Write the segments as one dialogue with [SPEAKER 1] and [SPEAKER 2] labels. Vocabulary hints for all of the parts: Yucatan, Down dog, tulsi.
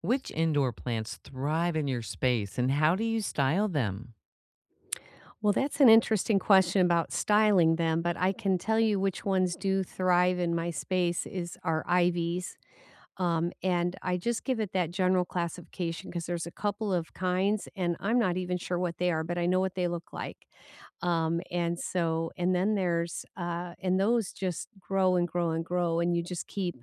[SPEAKER 1] Which indoor plants thrive in your space and how do you style them?
[SPEAKER 2] Well, that's an interesting question about styling them, but I can tell you which ones do thrive in my space is our ivies. And I just give it that general classification because there's a couple of kinds, and I'm not even sure what they are, but I know what they look like. And so, and then there's, and those just grow and grow and grow, and you just keep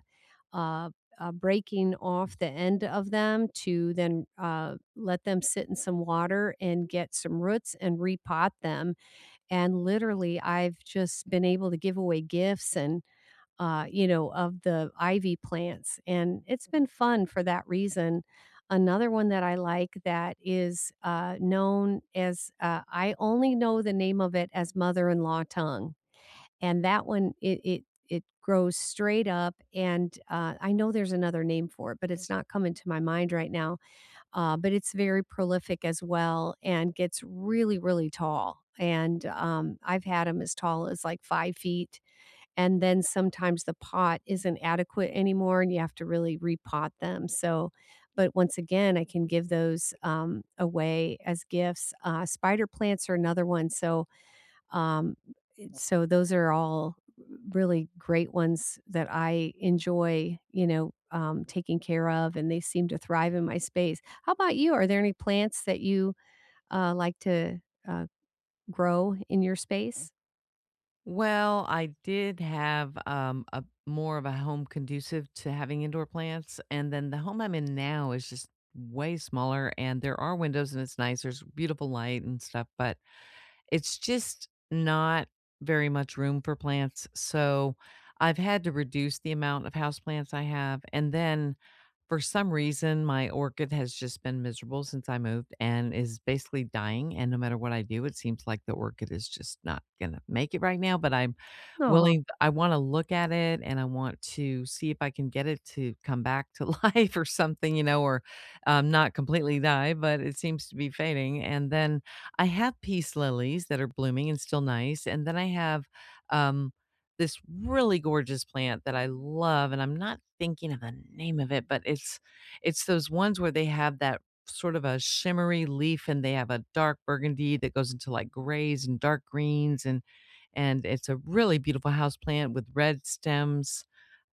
[SPEAKER 2] uh, breaking off the end of them to then let them sit in some water and get some roots and repot them, and literally I've just been able to give away gifts of the ivy plants, and it's been fun for that reason. Another one that I like that is known as I only know the name of it as mother-in-law tongue, and that one it grows straight up, and I know there's another name for it, but it's not coming to my mind right now. But it's very prolific as well and gets really, really tall. And I've had them as tall as like 5 feet. And then sometimes the pot isn't adequate anymore and you have to really repot them. So, but once again, I can give those away as gifts. Spider plants are another one. So, um, so those are all really great ones that I enjoy, you know, taking care of, and they seem to thrive in my space. How about you? Are there any plants that you like to uh, grow in your space?
[SPEAKER 1] Well, I did have a more of a home conducive to having indoor plants, and then the home I'm in now is just way smaller, and there are windows and it's nice. There's beautiful light and stuff, but it's just not very much room for plants. So I've had to reduce the amount of house plants I have, and then for some reason, my orchid has just been miserable since I moved and is basically dying. And no matter what I do, it seems like the orchid is just not going to make it right now. But I'm
[SPEAKER 2] Oh,
[SPEAKER 1] willing, I want to look at it and I want to see if I can get it to come back to life or something, you know, or not completely die, but it seems to be fading. And then I have peace lilies that are blooming and still nice. And then I have, um, this really gorgeous plant that I love, and I'm not thinking of the name of it, but it's those ones where they have that sort of a shimmery leaf, and they have a dark burgundy that goes into like grays and dark greens, and it's a really beautiful house plant with red stems.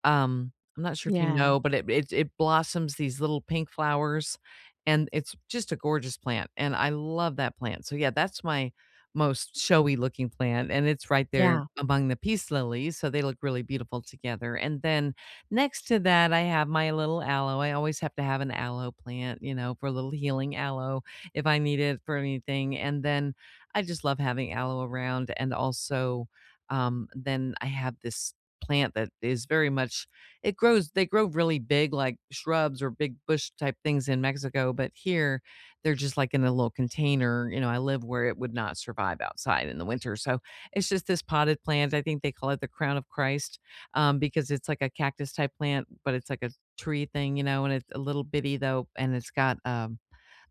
[SPEAKER 1] I'm not sure if you
[SPEAKER 2] yeah,
[SPEAKER 1] know, but it blossoms these little pink flowers, and it's just a gorgeous plant, and I love that plant. So, yeah, that's my most showy looking plant, and it's right there
[SPEAKER 2] yeah.
[SPEAKER 1] among the peace lilies, so they look really beautiful together, and then next to that, I have my little aloe. I always have to have an aloe plant, you know, for a little healing aloe if I need it for anything, and then I just love having aloe around, and also, then I have this plant that is very much it grows they grow really big like shrubs or big bush type things in Mexico, but here they're just like in a little container. You know, I live where it would not survive outside in the winter. So it's just this potted plant. I think they call it the crown of Christ, because it's like a cactus type plant, but it's like a tree thing, you know, and it's a little bitty though, and it's got um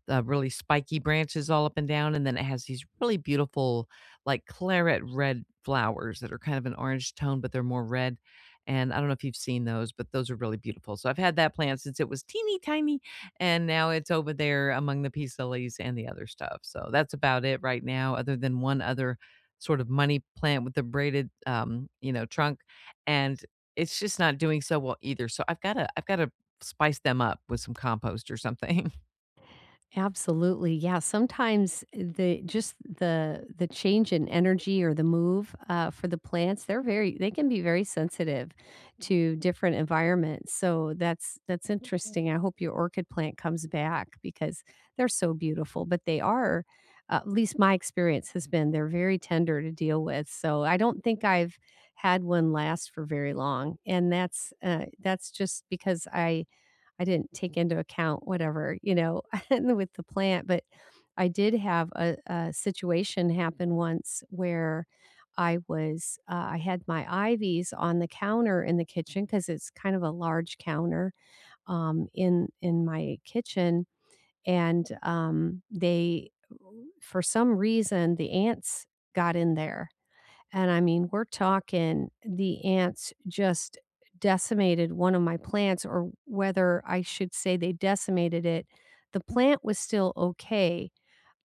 [SPEAKER 1] uh, really spiky branches all up and down, and then it has these really beautiful, like claret red flowers that are kind of an orange tone, but they're more red. And I don't know if you've seen those, but those are really beautiful. So I've had that plant since it was teeny tiny, and now it's over there among the peace lilies and the other stuff. So that's about it right now, other than one other sort of money plant with the braided, you know, trunk, and it's just not doing so well either. So I've got to spice them up with some compost or something.
[SPEAKER 2] Absolutely. Yeah, sometimes the just the change in energy or the move for the plants, they're very they can be very sensitive to different environments. So that's interesting. I hope your orchid plant comes back because they're so beautiful, but they are, at least my experience has been, they're very tender to deal with. So I don't think I've had one last for very long. And that's just because I didn't take into account whatever, you know, with the plant, but I did have a situation happen once where I was, I had my ivies on the counter in the kitchen because it's kind of a large counter, in my kitchen, and they for some reason the ants got in there, and I mean, we're talking the ants just decimated one of my plants, or whether I should say they decimated it. The plant was still okay,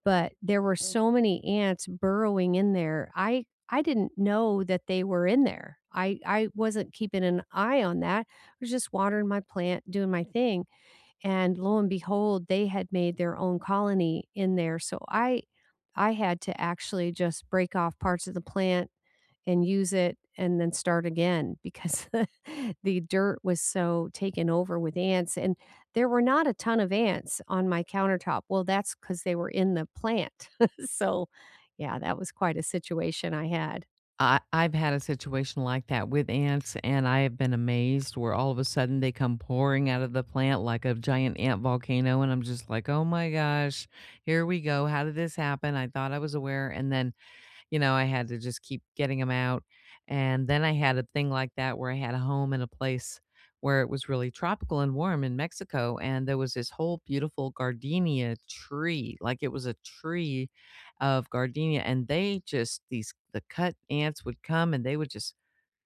[SPEAKER 2] but there were so many ants burrowing in there. I didn't know that they were in there. I wasn't keeping an eye on that. I was just watering my plant, doing my thing. And lo and behold, they had made their own colony in there. So I had to actually just break off parts of the plant and use it and then start again because the dirt was so taken over with ants, and there were not a ton of ants on my countertop. Well, that's because they were in the plant. So, yeah, that was quite a situation I had.
[SPEAKER 1] I've had a situation like that with ants, and I have been amazed where all of a sudden they come pouring out of the plant like a giant ant volcano, and I'm just like, "Oh my gosh, here we go. How did this happen? I thought I was aware." And then you know, I had to just keep getting them out, and then I had a thing like that where I had a home in a place where it was really tropical and warm in Mexico, and there was this whole beautiful gardenia tree, like, it was a tree of gardenia, and they just these the cut ants would come, and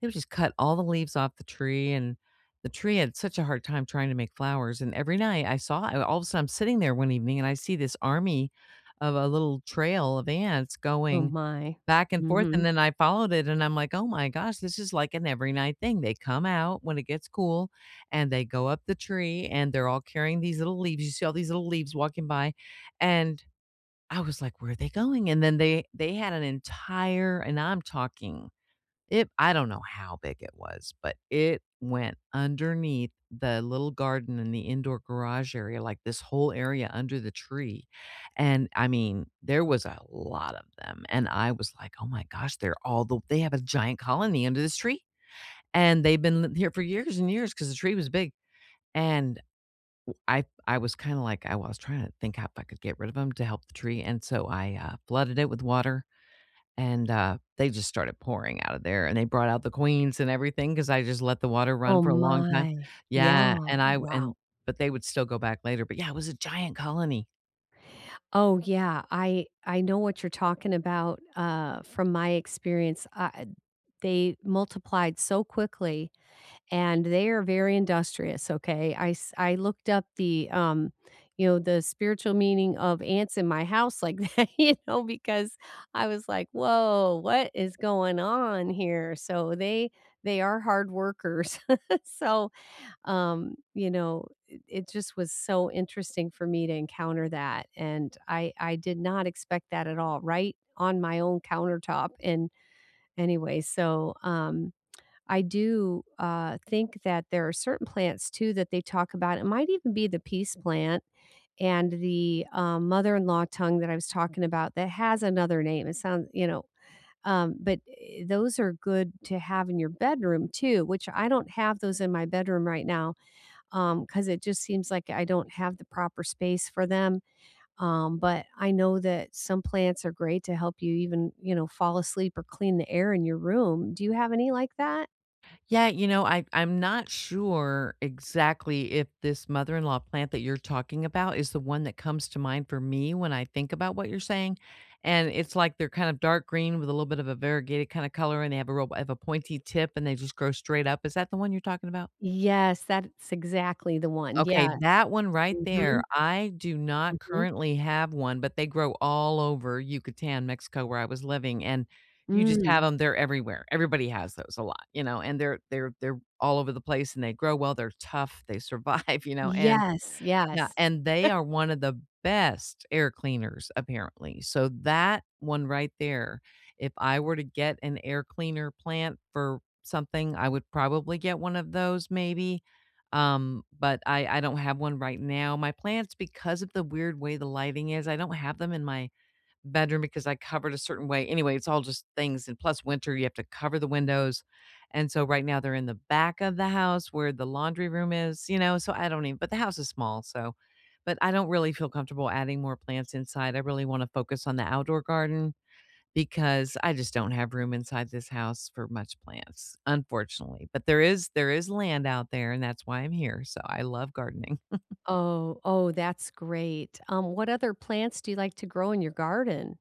[SPEAKER 1] they would just cut all the leaves off the tree, and the tree had such a hard time trying to make flowers, and every night I saw all of a sudden, I'm sitting there one evening, and I see this army of a little trail of ants
[SPEAKER 2] Oh
[SPEAKER 1] going
[SPEAKER 2] my.
[SPEAKER 1] back and forth, and
[SPEAKER 2] Mhm.
[SPEAKER 1] then I followed it, and I'm like, "Oh my gosh, this is like an every night thing." They come out when it gets cool, and they go up the tree, and they're all carrying these little leaves. You see all these little leaves walking by, and I was like, "Where are they going?" And then they had an entire and I'm talking it I don't know how big it was, but it went underneath the little garden in the indoor garage area, like this whole area under the tree, and I mean, there was a lot of them, and I was like, "Oh my gosh, they're all the they have a giant colony under this tree, and they've been li here for years and years because the tree was big." And I was kinda like I was trying to think how if I could get rid of them to help the tree, and so I, flooded it with water and, they just started pouring out of there, and they brought out the queens and everything because I just let the water run
[SPEAKER 2] Oh
[SPEAKER 1] for a long time.
[SPEAKER 2] my.
[SPEAKER 1] Yeah,
[SPEAKER 2] Yeah.
[SPEAKER 1] and I
[SPEAKER 2] Wow.
[SPEAKER 1] and but they would still go back later, but yeah, it was a giant colony.
[SPEAKER 2] Oh, yeah. I know what you're talking about, from my experience. I they multiplied so quickly and they are very industrious, okay? I looked up the, you know, the spiritual meaning of ants in my house like that, you know, because I was like, "Whoa, what is going on here?" So they are hard workers. So, you know, it just was so interesting for me to encounter that, and I did not expect that at all, right on my own countertop, and anyway, so, I do think that there are certain plants too that they talk about. It might even be the peace plant and the mother-in-law tongue that I was talking about that has another name. It sounds, you know, but those are good to have in your bedroom too. Which I don't have those in my bedroom right now because it just seems like I don't have the proper space for them. But I know that some plants are great to help you even, you know, fall asleep or clean the air in your room. Do you have any like that?
[SPEAKER 1] Yeah, you know, I'm not sure exactly if this mother-in-law plant that you're talking about is the one that comes to mind for me when I think about what you're saying, and it's like they're kind of dark green with a little bit of a variegated kinda color, and they have a real have a pointy tip, and they just grow straight up. Is that the one you're talking about?
[SPEAKER 2] Yes, that's exactly the one,
[SPEAKER 1] Okay,
[SPEAKER 2] yes.
[SPEAKER 1] that one right there,
[SPEAKER 2] Mhm,
[SPEAKER 1] I do not
[SPEAKER 2] mhm,
[SPEAKER 1] currently have one, but they grow all over Yucatan, Mexico, where I was living, and you just have
[SPEAKER 2] mm.
[SPEAKER 1] them; 'em, they're everywhere. Everybody has those a lot, you know, and they're all over the place, and they grow well, they're tough, they survive, you know, and
[SPEAKER 2] Yes,
[SPEAKER 1] yeah,
[SPEAKER 2] yes.
[SPEAKER 1] and they are one of the best air cleaners, apparently. So that one right there, if I were to get an air cleaner plant for something, I would probably get one of those maybe, but I don't have one right now. My plants, because of the weird way the lighting is, I don't have them in my bedroom because I covered a certain way. Anyway, it's all just things and plus winter, you have to cover the windows. And so right now they're in the back of the house where the laundry room is, you know, so I don't even but the house is small, so but I don't really feel comfortable adding more plants inside. I really want to focus on the outdoor garden because I just don't have room inside this house for much plants, unfortunately. But there is land out there and that's why I'm here. So I love gardening.
[SPEAKER 2] Oh, oh, that's great. What other plants do you like to grow in your garden?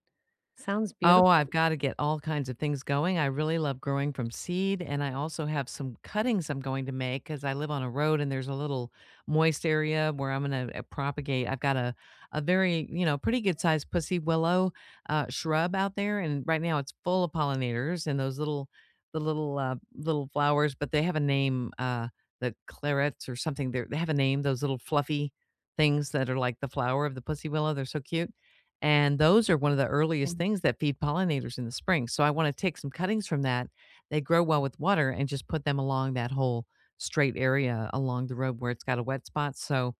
[SPEAKER 2] Sounds
[SPEAKER 1] Oh, I've
[SPEAKER 2] beautiful.
[SPEAKER 1] gotta get all kinds of things going. I really love growing from seed, and I also have some cuttings I'm going to make because I live on a road and there's a little moist area where I'm gonna, propagate I've got a very, you know, pretty good sized pussy willow, shrub out there, and right now it's full of pollinators and those little the little, little flowers, but they have a name, the clarets or something. They're they have a name, those little fluffy things that are like the flower of the pussy willow. They're so cute. And those are one of the earliest
[SPEAKER 2] Yeah.
[SPEAKER 1] things that feed pollinators in the spring. So I want to take some cuttings from that. They grow well with water and just put them along that whole straight area along the road where it's got a wet spot. So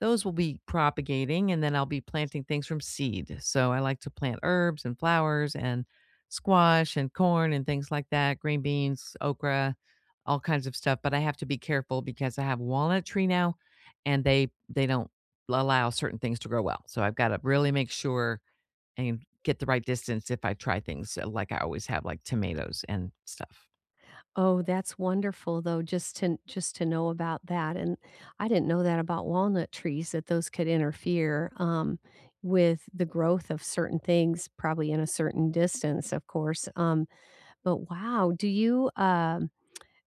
[SPEAKER 1] those will be propagating and then I'll be planting things from seed. So I like to plant herbs and flowers and squash and corn and things like that, green beans, okra, all kinds of stuff, but I have to be careful because I have a walnut tree now and they don't allow certain things to grow well. So I've got to really make sure and get the right distance if I try things like I always have, like tomatoes and stuff.
[SPEAKER 2] Oh, that's wonderful, though, just to know about that, and I didn't know that about walnut trees, that those could interfere, with the growth of certain things, probably in a certain distance, of course, but wow, um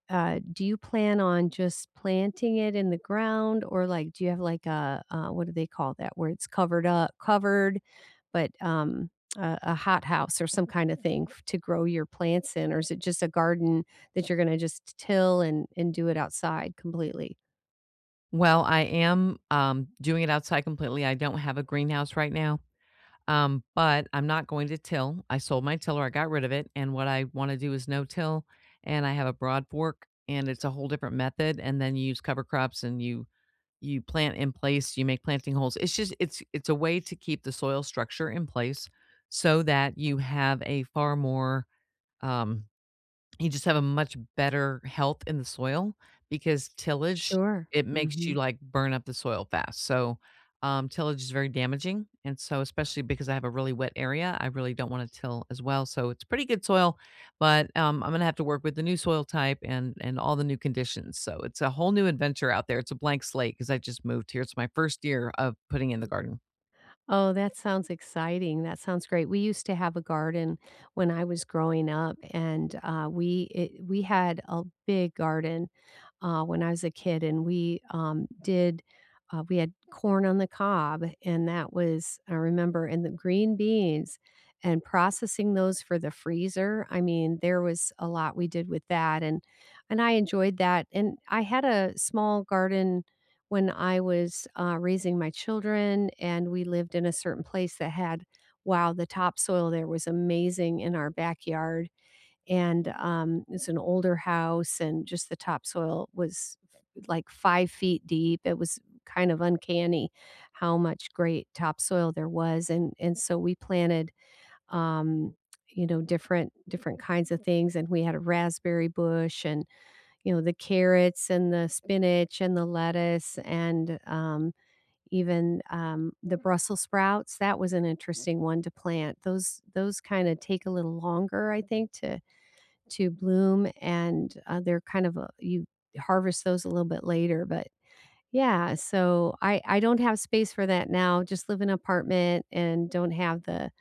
[SPEAKER 2] uh, do you plan on just planting it in the ground, or like do you have like a what do they call that where it's covered up covered but a hot house or some kind of thing f- to grow your plants in, or is it just a garden that you're going to just till and do it outside completely?
[SPEAKER 1] Well, I am doing it outside completely. I don't have a greenhouse right now, but I'm not going to till. I sold my tiller, I got rid of it. And what I want to do is no till. And I have a broad fork, and it's a whole different method. And then you use cover crops and you plant in place, you make planting holes. It's just it's a way to keep the soil structure in place so that you have a far more, um you just have a much better health in the soil because tillage,
[SPEAKER 2] Sure.
[SPEAKER 1] it makes you, like, burn up the soil fast, so, tillage is very damaging, and so especially because I have a really wet area, I really don't wanna till as well, so it's pretty good soil, but, I'm gonna have to work with the new soil type and all the new conditions, so it's a whole new adventure out there, it's a blank slate because I just moved here, it's my first year of putting in the garden.
[SPEAKER 2] Oh, that sounds exciting. That sounds great. We used to have a garden when I was growing up, and we it, we had a big garden when I was a kid, and we did we had corn on the cob, and that was I remember, and the green beans, and processing those for the freezer. I mean, there was a lot we did with that, and I enjoyed that. And I had a small garden when I was, raising my children and we lived in a certain place that had wow, the topsoil there was amazing in our backyard, and, it's an older house and just the topsoil was like 5 feet deep. It was kind of uncanny how much great topsoil there was, and so we planted, um, you know, different different kinds of things, and we had a raspberry bush and you know, the carrots and the spinach and the lettuce and, the Brussels sprouts, that was an interesting one to plant. Those kinda take a little longer, I think, to bloom and, they're kind of a you harvest those a little bit later, but yeah, so I don't have space for that now, just live in an apartment and don't have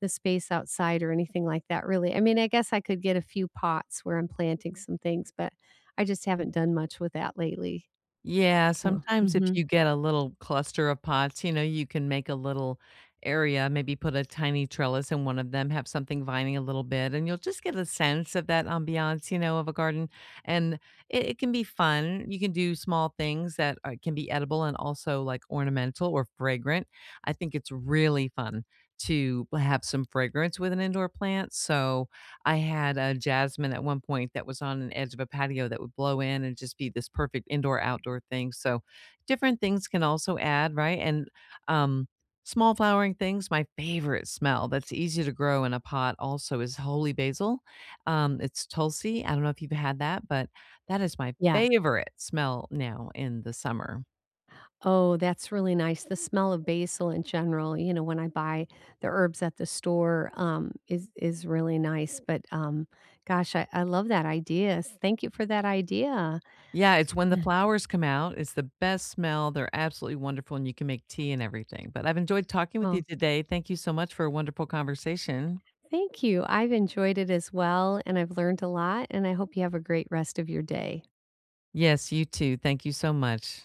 [SPEAKER 2] the space outside or anything like that really. I mean, I guess I could get a few pots where I'm planting some things, but I just haven't done much with that lately.
[SPEAKER 1] Yeah,
[SPEAKER 2] Cool.
[SPEAKER 1] sometimes if
[SPEAKER 2] Mhm.
[SPEAKER 1] you get a little cluster of pots, you know, you can make a little area, maybe put a tiny trellis in one of them, have something vining a little bit, and you'll just get a sense of that ambiance, you know, of a garden. And it can be fun. You can do small things that are, can be edible and also like ornamental or fragrant. I think it's really fun to have some fragrance with an indoor plant. So, I had a jasmine at one point that was on an edge of a patio that would blow in and just be this perfect indoor outdoor thing. So different things can also add, right? And um small flowering things, my favorite smell that's easy to grow in a pot also is holy basil. Um, it's tulsi. I don't know if you've had that, but that is my
[SPEAKER 2] Yes.
[SPEAKER 1] favorite smell now in the summer.
[SPEAKER 2] Oh, that's really nice. The smell of basil in general, you know, when I buy the herbs at the store, is really nice. But gosh, I love that idea. Thank you for that idea.
[SPEAKER 1] Yeah, it's when the
[SPEAKER 2] Yeah.
[SPEAKER 1] flowers come out, it's the best smell, they're absolutely wonderful, and you can make tea and everything, but I've enjoyed talking with you
[SPEAKER 2] Oh,
[SPEAKER 1] today, thank you so much for a wonderful conversation.
[SPEAKER 2] thank you. I've enjoyed it as well, and I've learned a lot, and I hope you have a great rest of your day.
[SPEAKER 1] Yes, you too, thank you so much.